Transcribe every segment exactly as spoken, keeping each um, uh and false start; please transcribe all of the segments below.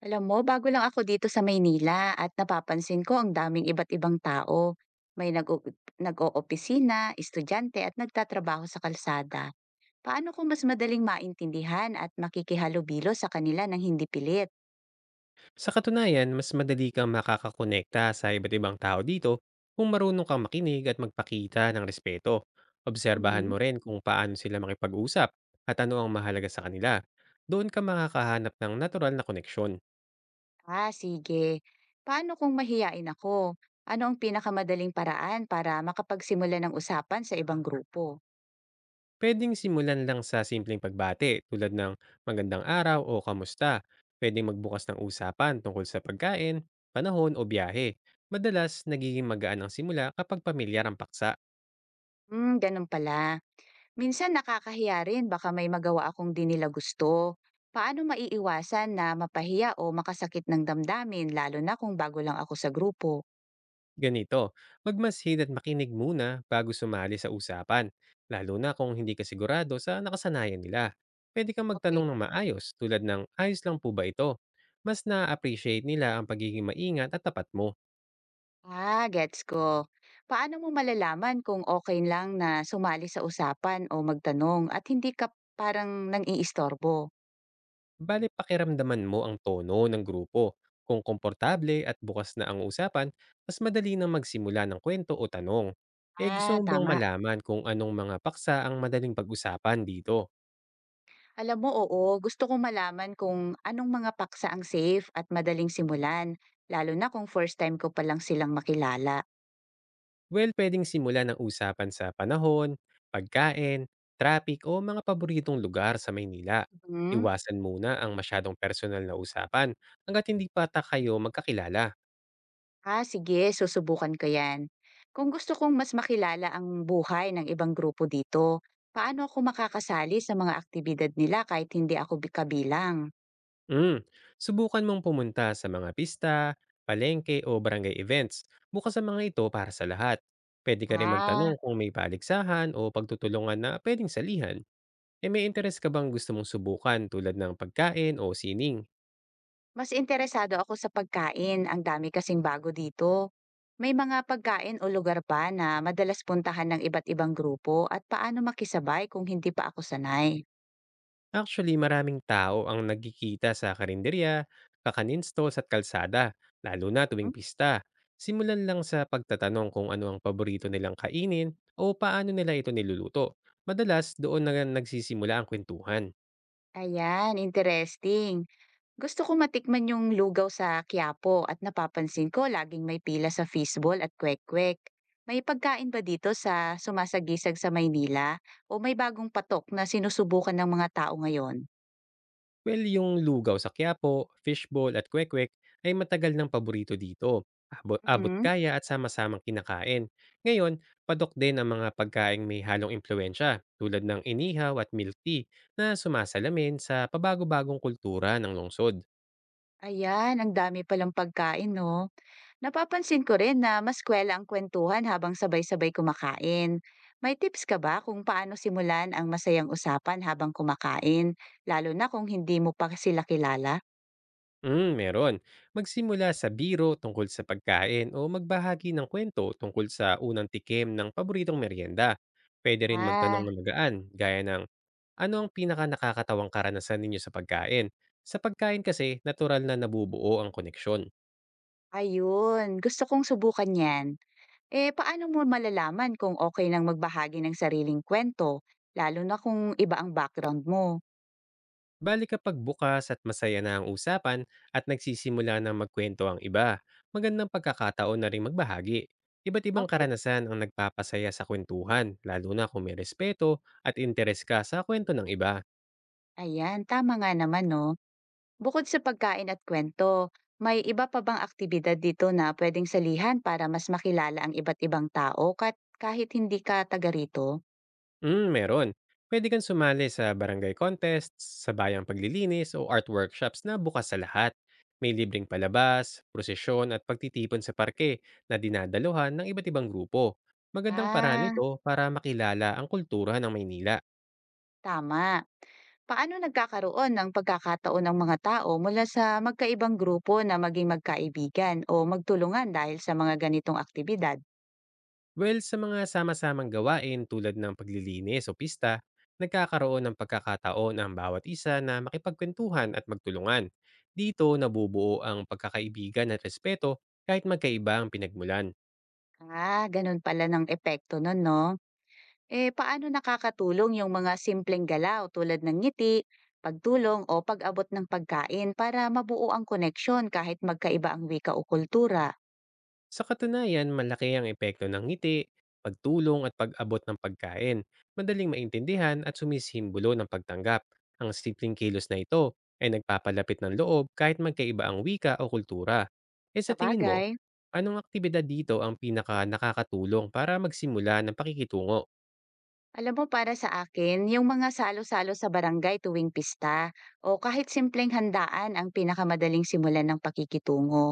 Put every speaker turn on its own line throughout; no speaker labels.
Alam mo, bago lang ako dito sa Maynila at napapansin ko ang daming iba't ibang tao. May nag-o- nag-o-opisina, estudyante at nagtatrabaho sa kalsada. Paano ko mas madaling maintindihan at makikihalubilo sa kanila ng hindi pilit?
Sa katunayan, mas madali kang makakakonekta sa iba't ibang tao dito kung marunong kang makinig at magpakita ng respeto. Obserbahan
Mhm.
mo rin kung paano sila makipag-usap at ano ang mahalaga sa kanila. Doon ka makakahanap ng natural na koneksyon.
Ah, sige. Paano kung mahiyain ako? Ano ang pinakamadaling paraan para makapagsimula ng usapan sa ibang grupo?
Pwedeng simulan lang sa simpleng pagbate tulad ng magandang araw o kamusta. Pwedeng magbukas ng usapan tungkol sa pagkain, panahon o biyahe. Madalas, nagiging magaan ang simula kapag pamilyar ang paksa.
Hmm, ganun pala. Minsan nakakahiya rin baka may magawa akong di nila gusto. Paano maiiwasan na mapahiya o makasakit ng damdamin lalo na kung bago lang ako sa grupo?
Ganito, magmasid at makinig muna bago sumali sa usapan, lalo na kung hindi ka sigurado sa nakasanayan nila. Pwede kang
Okay.
magtanong ng maayos tulad ng ayos lang po ba ito? Mas na-appreciate nila ang pagiging maingat at tapat mo.
Ah, gets ko. Paano mo malalaman kung okay lang na sumali sa usapan o magtanong at hindi ka parang nang iistorbo?
Bale pakiramdaman mo ang tono ng grupo. Kung komportable at bukas na ang usapan, mas madali nang magsimula ng kwento o tanong. Eh gusto
Ah,
mo bang
tama.
malaman kung anong mga paksa ang madaling pag-usapan dito?
Alam mo, oo, gusto kong malaman kung anong mga paksa ang safe at madaling simulan, lalo na kung first time ko pa lang silang makilala.
Well, pwedeng simulan ng usapan sa panahon, pagkain, traffic o mga paboritong lugar sa Maynila.
Mhm.
Iwasan muna ang masyadong personal na usapan hanggat hindi pa ta kayo magkakilala.
Ah, sige, susubukan ko yan. Kung gusto kong mas makilala ang buhay ng ibang grupo dito, paano ako makakasali sa mga aktibidad nila kahit hindi ako bi- kabilang?
Mm. Subukan mong pumunta sa mga pista, palengke o barangay events. Bukas sa mga ito para sa lahat. Pwede ka rin magtanong
Ah,
kung may paligsahan o pagtutulungan na pwedeng salihan. E may interes ka bang gusto mong subukan tulad ng pagkain o sining?
mas interesado ako sa pagkain. Ang dami kasing bago dito. May mga pagkain o lugar ba na madalas puntahan ng iba't ibang grupo at paano makisabay kung hindi pa ako sanay?
Actually, maraming tao ang nagkikita sa karinderya, kakanin stalls at kalsada, lalo na tuwing
Hmm?
pista. Simulan lang sa pagtatanong kung ano ang paborito nilang kainin o paano nila ito niluluto. Madalas, doon na nagsisimula ang kwentuhan.
Ayan, interesting. Gusto ko matikman yung lugaw sa Quiapo at napapansin ko laging may pila sa fishball at kwek-kwek. May pagkain ba dito sa sumasagisag sa Maynila o may bagong patok na sinusubukan ng mga tao ngayon?
Well, yung lugaw sa Quiapo, fishball at kwek-kwek ay matagal ng paborito dito. Abo- Abot
Mhm.
kaya at sama-samang kinakain. Ngayon, padok din ang mga pagkaing may halong impluensya tulad ng inihaw at milk tea na sumasalamin sa pabago-bagong kultura ng lungsod.
Ayan, ang dami palang pagkain, no? Napapansin ko rin na mas kwela ang kwentuhan habang sabay-sabay kumakain. May tips ka ba kung paano simulan ang masayang usapan habang kumakain, lalo na kung hindi mo pa sila kilala?
Mm, meron. Magsimula sa biro tungkol sa pagkain o magbahagi ng kwento tungkol sa unang tikim ng paboritong merienda. Pwede rin magtanong
Ah,
ng magaan, gaya ng ano ang pinakanakakatawang karanasan ninyo sa pagkain? Sa pagkain kasi, natural na nabubuo ang koneksyon.
ayun, gusto kong subukan yan. Eh, paano mo malalaman kung okay lang magbahagi ng sariling kwento, lalo na kung iba ang background mo?
Bali kapag bukas at masaya na ang usapan at nagsisimula na magkwento ang iba, magandang pagkakataon na rin magbahagi. Iba't ibang
Okay.
karanasan ang nagpapasaya sa kwentuhan, lalo na kung may respeto at interes ka sa kwento ng iba.
Ayan, tama nga naman, no? Bukod sa pagkain at kwento, may iba pa bang aktibidad dito na pwedeng salihan para mas makilala ang iba't ibang tao kat kahit hindi ka taga rito?
Hmm, meron. Pwede kang sumali sa barangay contests, sa bayang paglilinis o art workshops na bukas sa lahat. May libreng palabas, prosesyon at pagtitipon sa parke na dinadaluhan ng iba't ibang grupo. Magandang paraan
Ah,
ito para makilala ang kultura ng Maynila.
tama. Paano nagkakaroon ng pagkakataon ng mga tao mula sa magkaibang grupo na maging magkaibigan o magtulungan dahil sa mga ganitong aktibidad?
Well, sa mga sama-samang gawain tulad ng paglilinis o pista, nagkakaroon ng pagkakataon ang bawat isa na makipagkwentuhan at magtulungan. Dito nabubuo ang pagkakaibigan at respeto kahit magkaiba ang pinagmulan.
Ah, ganun pala ng epekto nun, no? Eh, paano nakakatulong yung mga simpleng galaw tulad ng ngiti, pagtulong o pag-abot ng pagkain para mabuo ang koneksyon kahit magkaiba ang wika o kultura?
Sa katunayan, malaki ang epekto ng ngiti, pagtulong at pag-abot ng pagkain. Madaling maintindihan at sumisimbolo ng pagtanggap. Ang simpleng kilos na ito ay nagpapalapit ng loob kahit magkaiba ang wika o kultura. E sa
Sa
tingin mo,
bagay,
anong aktibidad dito ang pinaka nakakatulong para magsimula ng pakikitungo?
alam mo para sa akin, yung mga salo-salo sa barangay tuwing pista o kahit simpleng handaan ang pinakamadaling simulan ng pakikitungo.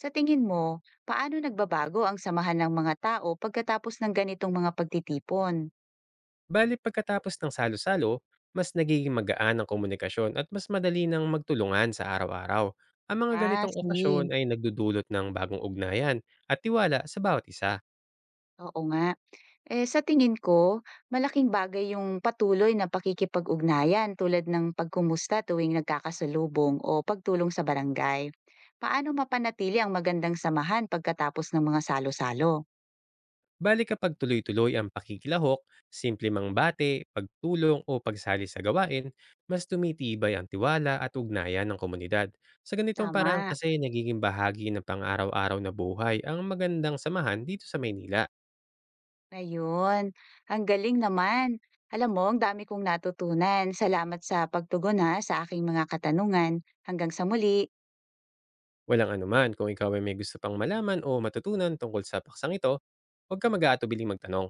Sa tingin mo, paano nagbabago ang samahan ng mga tao pagkatapos ng ganitong mga pagtitipon?
Bale pagkatapos ng salo-salo, mas nagiging magaan ang komunikasyon at mas madali ng magtulungan sa araw-araw. Ang mga
Ah,
ganitong okasyon
sige.
ay nagdudulot ng bagong ugnayan at tiwala sa bawat isa.
Oo nga. Eh, sa tingin ko, malaking bagay yung patuloy na pakikipag-ugnayan tulad ng pagkumusta tuwing nagkakasalubong o pagtulong sa barangay. Paano mapanatili ang magandang samahan pagkatapos ng mga salo-salo?
Bali kapag tuloy-tuloy ang pakikilahok, simple mang bate, pagtulong o pagsali sa gawain, mas tumitibay ang tiwala at ugnayan ng komunidad. Sa ganitong parang
Tama,
kasi nagiging bahagi ng pang-araw-araw na buhay ang magandang samahan dito sa Maynila.
ayun. Ang galing naman. Alam mo, ang dami kong natutunan. Salamat sa pagtugon ha, sa aking mga katanungan. Hanggang sa muli.
Walang anuman, kung ikaw ay may gusto pang malaman o matutunan tungkol sa paksang ito, huwag kang mag-aatubiling magtanong.